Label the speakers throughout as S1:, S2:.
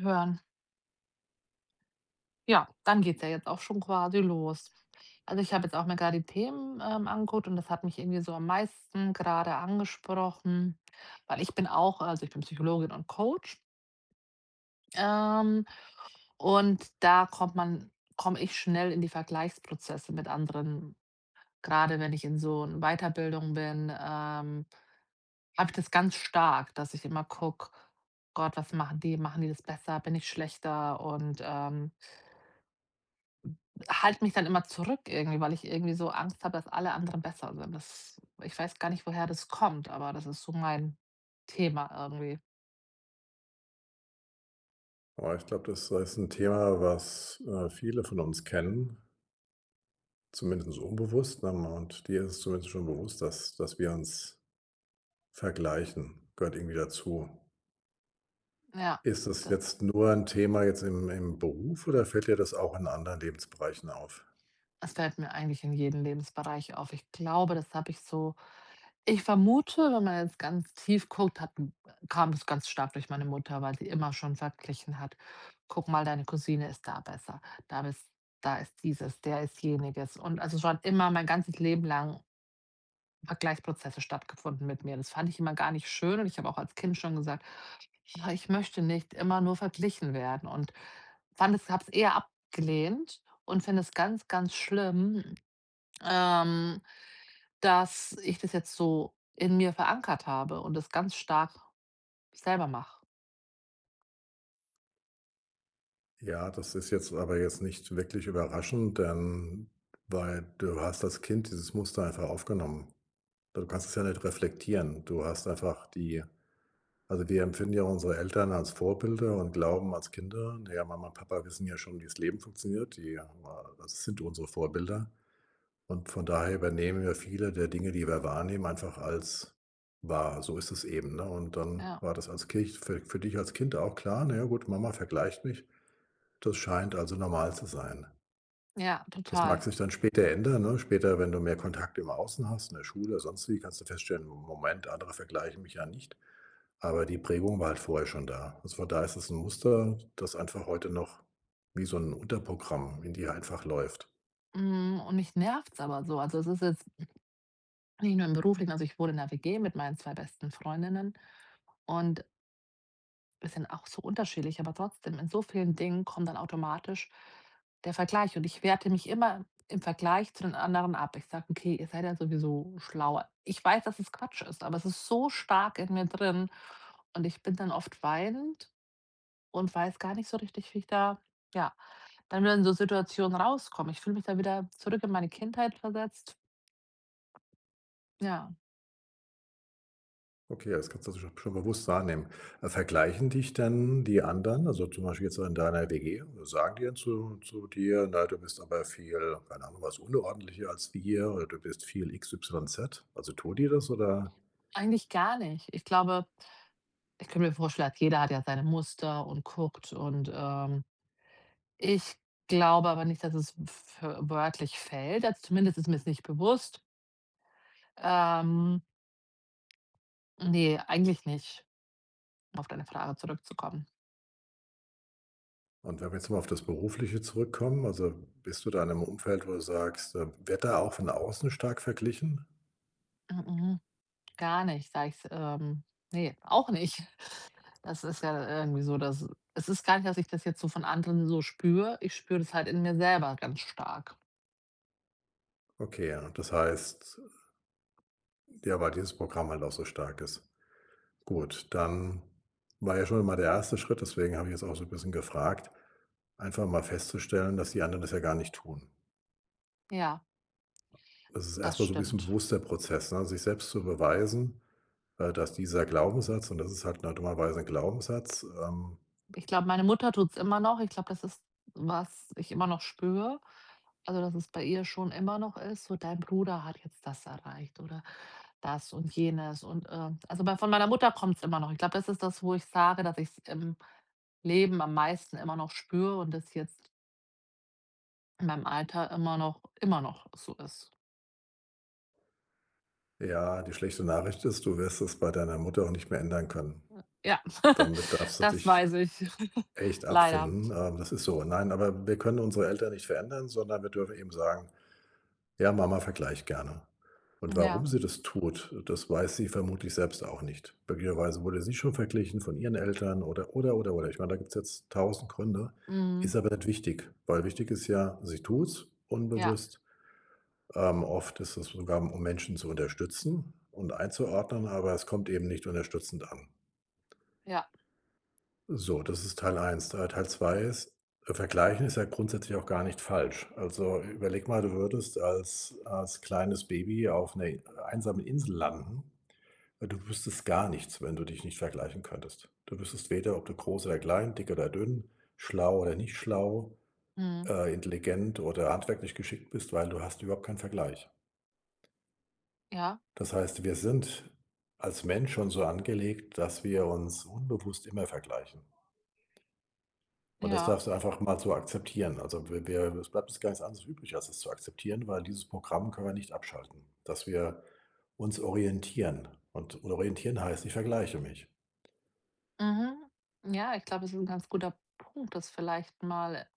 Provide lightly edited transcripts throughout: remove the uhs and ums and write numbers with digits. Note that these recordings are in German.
S1: Hören. Ja, dann geht's ja jetzt auch schon quasi los. Also, ich habe jetzt auch mir gerade die Themen, angeguckt, und das hat mich irgendwie so am meisten gerade angesprochen, weil ich bin auch also, ich bin Psychologin und Coach. ähm, und da kommt man komme ich schnell in die Vergleichsprozesse mit anderen. Gerade wenn ich in so einer Weiterbildung bin, habe ich das ganz stark, dass ich immer gucke: „Gott, was machen die? Machen die das besser? Bin ich schlechter?" Und halte mich dann immer zurück irgendwie, weil ich irgendwie so Angst habe, dass alle anderen besser sind. Das Ich weiß gar nicht, woher das kommt, aber das ist so mein Thema irgendwie.
S2: Boah, ich glaube, das ist ein Thema, was, viele von uns kennen, zumindest unbewusst, ne? Und dir ist es zumindest schon bewusst, dass wir uns vergleichen, gehört irgendwie dazu.
S1: Ja,
S2: Ist das
S1: das
S2: jetzt nur ein Thema jetzt im Beruf oder fällt dir das auch in anderen Lebensbereichen auf?
S1: das fällt mir eigentlich in jedem Lebensbereich auf. Ich glaube, das habe ich so ich vermute, wenn man jetzt ganz tief guckt, hat kam es ganz stark durch meine Mutter, weil sie immer schon verglichen hat: „Guck mal, deine Cousine ist da besser. Da bist Da ist dieses, der ist jeniges." Und also schon immer mein ganzes Leben lang Vergleichsprozesse stattgefunden mit mir. Das fand ich immer gar nicht schön, und ich habe auch als Kind schon gesagt: „Ah, ich möchte nicht immer nur verglichen werden", und fand es habe es eher abgelehnt und finde es ganz, ganz schlimm, ähm, dass ich das jetzt so in mir verankert habe und das ganz stark selber mache.
S2: Ja, das ist jetzt aber jetzt nicht wirklich überraschend, denn weil du hast als Kind dieses Muster einfach aufgenommen. Du kannst es ja nicht reflektieren. Du hast einfach die. Also, wir empfinden ja unsere Eltern als Vorbilder und glauben als Kinder, na ja, Mama und Papa wissen ja schon, wie das Leben funktioniert, das sind unsere Vorbilder. Und von daher übernehmen wir viele der Dinge, die wir wahrnehmen, einfach als wahr. So ist es eben, ne? Und dann
S1: Ja,
S2: war das als Kind für dich als Kind auch klar: „Na ja gut, Mama vergleicht mich. Das scheint also normal zu sein.“
S1: ja,
S2: Das
S1: total.
S2: mag sich dann später ändern, ne? Später, wenn du mehr Kontakt im Außen hast, in der Schule, sonst wie, kannst du feststellen: „Moment, andere vergleichen mich ja nicht.“ Aber die Prägung war halt vorher schon da. Also, von da ist es ein Muster, das einfach heute noch wie so ein Unterprogramm in dir einfach läuft.
S1: Mhm, und mich nervt's aber so. Also, es ist jetzt nicht nur im Beruflichen. Also, ich wohne in 'ner WG mit meinen 2 besten Freundinnen, und wir sind auch so unterschiedlich, aber trotzdem, in so vielen Dingen kommt dann automatisch der Vergleich, und ich werte mich immer im Vergleich zu den anderen ab. Ich sage: „Okay, ihr seid ja sowieso schlauer." Ich weiß, dass es Quatsch ist, aber es ist so stark in mir drin, und ich bin dann oft weinend und weiß gar nicht so richtig, wie ich da, ja, dann wieder in so Situationen rauskomme. Ich fühle mich da wieder zurück in meine Kindheit versetzt. Ja,
S2: Okay, das kannst du schon bewusst wahrnehmen. Vergleichen dich dann die anderen, also, zum Beispiel jetzt in deiner WG, sagen die dann zu dir: „Na, du bist aber viel, keine Ahnung was, unordentlicher als wir oder du bist viel X Y Z. Also, tun die das oder.
S1: eigentlich gar nicht. Ich glaube, ich könnte mir vorstellen, jeder hat ja seine Muster und guckt, und, ich glaube aber nicht, dass es f wörtlich fällt. Also, zumindest ist mir es nicht bewusst. Ähm, ne, eigentlich nicht, um auf deine Frage zurückzukommen.
S2: Und wenn wir jetzt mal auf das Berufliche zurückkommen, also, bist du da in 'nem Umfeld, wo du sagst, wird da auch von außen stark verglichen?
S1: mm Gar nicht, sage ich's, ne, auch nicht. Das ist ja irgendwie so, dass es ist gar nicht, dass ich das jetzt so von anderen so spüre. Ich spüre das halt in mir selber ganz stark.
S2: Okay, ja. Das heißt, ja, weil dieses Programm halt auch so stark ist. Gut, dann war ja schon mal der erste Schritt, deswegen habe ich jetzt auch so ein bisschen gefragt, einfach mal festzustellen, dass die anderen das ja gar nicht tun.
S1: Ja,
S2: Das ist
S1: das
S2: erst mal so ein bisschen
S1: stimmt.
S2: bewusster Prozess, ne, sich selbst zu beweisen, dass dieser Glaubenssatz und das ist halt, ne, dummerweise 'n Glaubenssatz,
S1: Ich glaube, meine Mutter tut's immer noch. Ich glaube, das ist, was ich immer noch spüre. Also, dass es bei ihr schon immer noch ist, so: „Dein Bruder hat jetzt das erreicht oder das und jenes", und also, bei von meiner Mutter kommt's immer noch. Ich glaube, das ist das, wo ich sage, dass ich's im Leben am meisten immer noch spüre und das jetzt in meinem Alter immer noch so ist.
S2: ja, die schlechte Nachricht ist, du wirst es bei deiner Mutter auch nicht mehr ändern können.
S1: Ja,
S2: Damit darfst du
S1: das
S2: dich
S1: weiß ich,
S2: echt
S1: leider.
S2: abfinden, das ist so. Nein, aber wir können unsere Eltern nicht verändern, sondern wir dürfen eben sagen: Ja, Mama vergleicht gerne. Und warum
S1: Ja,
S2: sie das tut, das weiß sie vermutlich selbst auch nicht. Möglicherweise wurde sie schon verglichen von ihren Eltern oder, oder. Ich meine, da gibt es jetzt tausend Gründe.
S1: mhm,
S2: Ist aber nicht wichtig, weil wichtig ist ja, sie tut's
S1: ja,
S2: unbewusst. Oft ist es sogar, um Menschen zu unterstützen und einzuordnen, aber es kommt eben nicht unterstützend an.
S1: ja,
S2: So, das ist Teil eins. Teil 2 ist, vergleichen ist ja grundsätzlich auch gar nicht falsch. Also überleg mal, du würdest als kleines Baby auf einer einsamen Insel landen. Du wüsstest gar nichts, wenn du dich nicht vergleichen könntest. Du wüsstest weder, ob du groß oder klein, dick oder dünn, schlau oder nicht schlau,
S1: mhm,
S2: intelligent oder handwerklich geschickt bist, weil du hast überhaupt keinen Vergleich.
S1: ja,
S2: Das heißt, wir sind als Mensch schon so angelegt, dass wir uns unbewusst immer vergleichen. Und das
S1: ja.
S2: darfst du einfach mal so akzeptieren. Also, wir es bleibt uns gar nichts anderes übrig, als es zu akzeptieren, weil dieses Programm können wir nicht abschalten, dass wir uns orientieren. Und orientieren heißt, ich vergleiche mich.
S1: Mhm. Ja, ich glaube, es ist ein ganz guter Punkt, das vielleicht mal,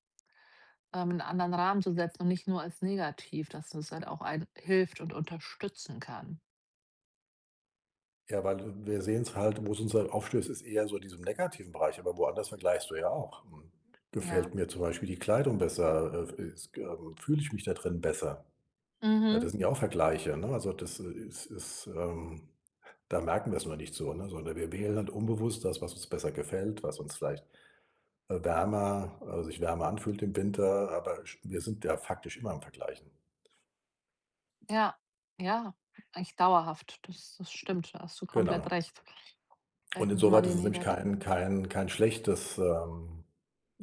S1: in 'n anderen Rahmen zu setzen und nicht nur als negativ, dass es halt auch einen hilft und unterstützen kann.
S2: Ja, weil wir sehen es halt, wo es uns halt aufstößt, ist eher so in diesem negativen Bereich, aber woanders vergleichst du ja auch. Hm,
S1: Ja.
S2: gefällt mir zum Beispiel die Kleidung besser? Ist fühle ich mich da drin besser? Ja, das
S1: Mhm.
S2: sind ja auch Vergleiche, ne? Also, da merken wir es nur nicht so, ne, sondern wir wählen halt unbewusst das, was uns besser gefällt, was uns vielleicht. Wärmer sich wärmer anfühlt im Winter, aber sch wir sind ja faktisch immer am Vergleichen.
S1: Ja. Ja, eigentlich dauerhaft. Das stimmt, da hast du komplett
S2: Genau.
S1: recht.
S2: Und
S1: Vielleicht nicht mal
S2: insoweit
S1: die
S2: ist es nämlich kein
S1: negativen.
S2: kein kein schlechtes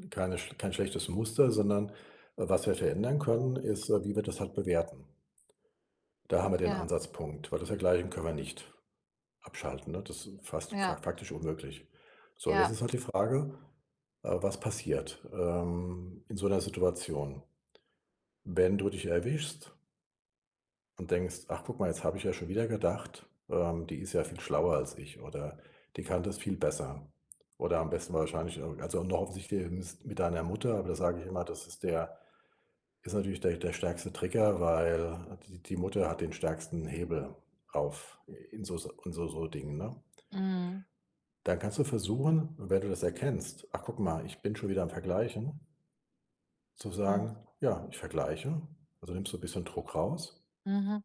S2: kein schlechtes Muster, sondern, was wir verändern können, ist, wie wir das halt bewerten. Da haben wir den
S1: Ja,
S2: Ansatzpunkt, weil das Vergleichen können wir nicht abschalten, ne? Das ist fast fa
S1: ja,
S2: faktisch unmöglich. So, jetzt
S1: ja.
S2: ist halt die Frage, was passiert, in so einer Situation? Wenn du dich erwischst, und denkst: „Ach, guck mal, jetzt habe ich ja schon wieder gedacht, die ist ja viel schlauer als ich oder die kann das viel besser.“ Oder am besten wahrscheinlich irg also noch offensichtlicher mis mit deiner Mutter, aber das sage ich immer, das ist der ist natürlich der stärkste Trigger, weil die Mutter hat den stärksten Hebel auf in so in so Dingen, ne?
S1: Mhm.
S2: Dann kannst du versuchen, wenn du das erkennst: „Ach, guck mal, ich bin schon wieder am Vergleichen“, zu
S1: Mhm.
S2: sagen: „Ja, ich vergleiche.“ Also nimmst du ein bisschen Druck raus
S1: Mhm.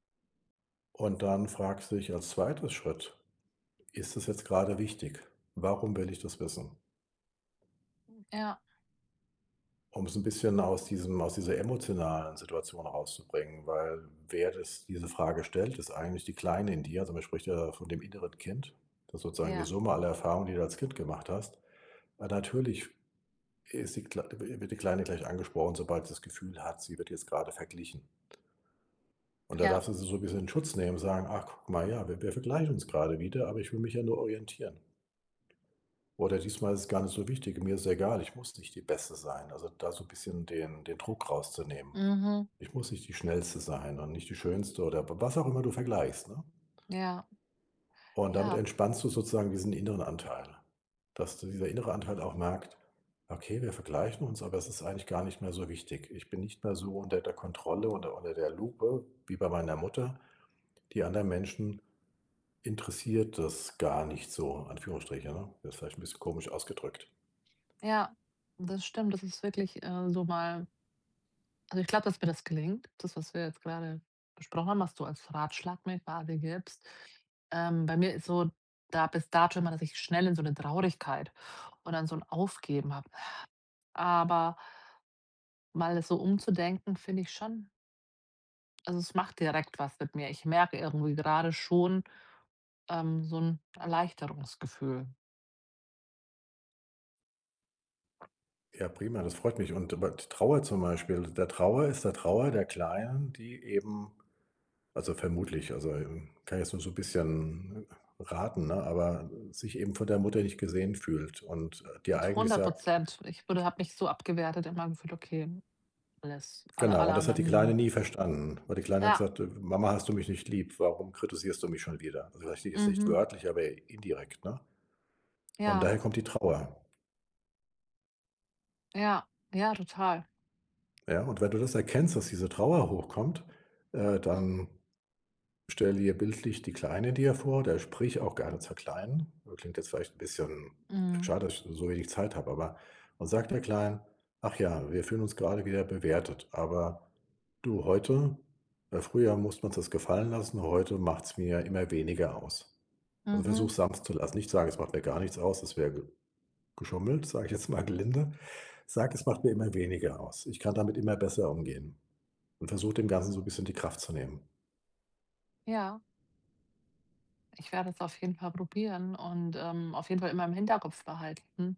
S2: und dann fragst du dich als 2. Schritt: Ist das jetzt gerade wichtig? Warum will ich das wissen?
S1: Ja,
S2: Um es ein bisschen aus diesem aus dieser emotionalen Situation rauszubringen, weil wer das diese Frage stellt, ist eigentlich die Kleine in dir. Also, man spricht ja von dem inneren Kind. Das ist sozusagen die
S1: ja,
S2: Summe aller Erfahrungen, die du als Kind gemacht hast. Natürlich ist die Klei wird die Kleine gleich angesprochen, sobald sie das Gefühl hat, sie wird jetzt gerade verglichen. Und da
S1: ja.
S2: darfst du sie so ein bisschen in Schutz nehmen, sagen: „Ach, guck mal, ja, wir vergleichen uns gerade wieder, aber ich will mich ja nur orientieren.“ Oder diesmal ist es gar nicht so wichtig, mir ist egal, ich muss nicht die Beste sein. Also da so 'n bisschen den Druck rauszunehmen.
S1: Mhm.
S2: Ich muss nicht die Schnellste sein und nicht die Schönste oder was auch immer du vergleichst, ne?
S1: Ja,
S2: Und damit
S1: ja,
S2: entspannst du sozusagen diesen inneren Anteil, dass du dieser innere Anteil auch merkt: „Okay, wir vergleichen uns, aber es ist eigentlich gar nicht mehr so wichtig. Ich bin nicht mehr so unter der Kontrolle oder unter der Lupe wie bei meiner Mutter. Die anderen Menschen interessiert das gar nicht so“, Anführungsstriche, ne? Das ist vielleicht ein bisschen komisch ausgedrückt.
S1: ja. Das stimmt, das ist wirklich, so mal also, ich glaube, dass mir das gelingt. Das, was wir jetzt gerade besprochen haben, was du als Ratschlag mir quasi gibst. Bei mir ist so, da bis dato immer, dass ich schnell in so eine Traurigkeit und dann so ein Aufgeben habe. Aber mal das so umzudenken, finde ich schon. Also, es macht direkt was mit mir. Ich merke irgendwie gerade schon, so ein Erleichterungsgefühl.
S2: Ja, prima, das freut mich. Und aber die Trauer zum Beispiel der Trauer der Kleinen, die eben vermutlich, also, kann ich jetzt nur so ein bisschen raten, ne, aber sich eben von der Mutter nicht gesehen fühlt und, dir eigentlich
S1: Zu
S2: sagt.
S1: Prozent. Ich würde habe mich so abgewertet, immer gefühlt: „Okay, alles alle
S2: Genau,
S1: alle
S2: und das hat die
S1: anderen
S2: Kleine
S1: sind".
S2: nie verstanden, weil die Kleine hat
S1: Ja,
S2: gesagt: „Mama, hast du mich nicht lieb? Warum kritisierst du mich schon wieder?“ Also, vielleicht jetzt nicht
S1: mhm,
S2: wörtlich, aber indirekt, ne? Und
S1: ja,
S2: daher kommt die Trauer,
S1: ja, ja, total.
S2: ja? Und wenn du das erkennst, dass diese Trauer hochkommt, dann. Stell dir bildlich die Kleine dir vor oder sprich auch gerne zur Kleinen. Klingt jetzt vielleicht ein bisschen
S1: Mhm.
S2: schade, dass ich so wenig Zeit habe, aber. Und sag der Kleinen: „Ach ja, wir fühlen uns gerade wieder bewertet, aber du, heute früher musste man uns das gefallen lassen, heute macht es mir immer weniger aus.“ Also, versuch
S1: Mhm.
S2: sanft zu lassen. Nicht sagen: „Es macht mir gar nichts aus“, das wäre ge geschummelt, sage ich jetzt mal gelinde. Sag: „Es macht mir immer weniger aus. Ich kann damit immer besser umgehen.“ Und versuch dem Ganzen so ein bisschen die Kraft zu nehmen.
S1: Ja, ich werde es auf jeden Fall probieren und, auf jeden Fall immer im Hinterkopf behalten,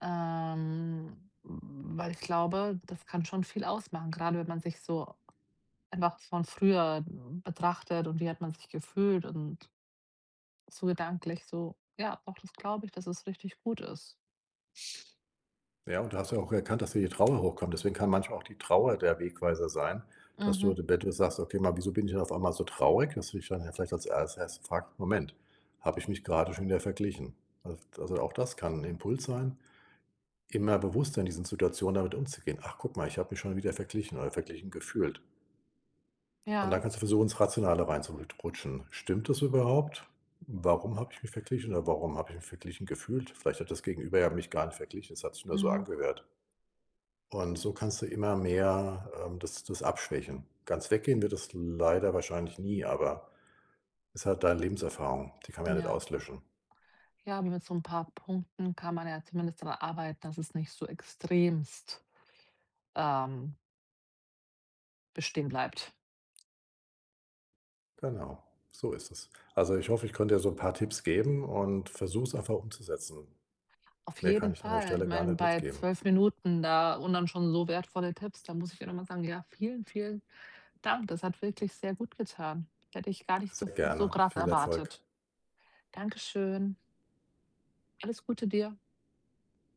S1: weil ich glaube, das kann schon viel ausmachen, gerade wenn man sich so einfach von früher betrachtet und wie hat man sich gefühlt, und so gedanklich, so, ja, doch, das glaube ich, dass es richtig gut ist.
S2: Ja, und du hast ja auch erkannt, dass da die Trauer hochkommt. Deswegen kann manchmal auch die Trauer der Wegweiser sein, dass du,
S1: Mhm.
S2: wenn du sagst: „Okay, mal, wieso bin ich denn auf einmal so traurig?“ Dass du dich dann ja vielleicht als erstes fragst: „Moment, habe ich mich gerade schon wieder verglichen?“ Al Also, auch das kann 'n Impuls sein, immer bewusster in diesen Situationen damit umzugehen. „Ach, guck mal, ich habe mich schon wieder verglichen oder verglichen gefühlt.“ Und dann
S1: Ja.
S2: kannst du versuchen, ins Rationale reinzurutschen. „Stimmt das überhaupt? Warum habe ich mich verglichen oder warum habe ich mich verglichen gefühlt? Vielleicht hat das Gegenüber ja mich gar nicht verglichen, es hat sich nur so
S1: Mhm.
S2: angehört.“ Und so kannst du immer mehr, das abschwächen. Ganz weggehen wird es leider wahrscheinlich nie, aber es ist halt deine Lebenserfahrung, die kann man ja nicht
S1: Ja.
S2: auslöschen.
S1: Ja, aber mit so ein paar Punkten kann man ja zumindest dran arbeiten, dass es nicht so extremst, ähm, bestehen bleibt.
S2: Genau, so ist es. Also, ich hoffe, ich konnte dir so ein paar Tipps geben und versuch's einfach umzusetzen.
S1: Auf
S2: Mehr kann
S1: jeden
S2: ich an der
S1: Fall. Ich
S2: Stelle gar
S1: meine,
S2: nicht
S1: bei
S2: mitgeben.
S1: 12 Minuten da und dann schon so wertvolle Tipps, da muss ich ja noch mal sagen, ja, vielen, vielen Dank. Das hat wirklich sehr gut getan. Hätte ich gar nicht so,
S2: Sehr
S1: so
S2: gerne.
S1: krass
S2: Viel Erfolg.
S1: erwartet. Dankeschön. Alles Gute dir.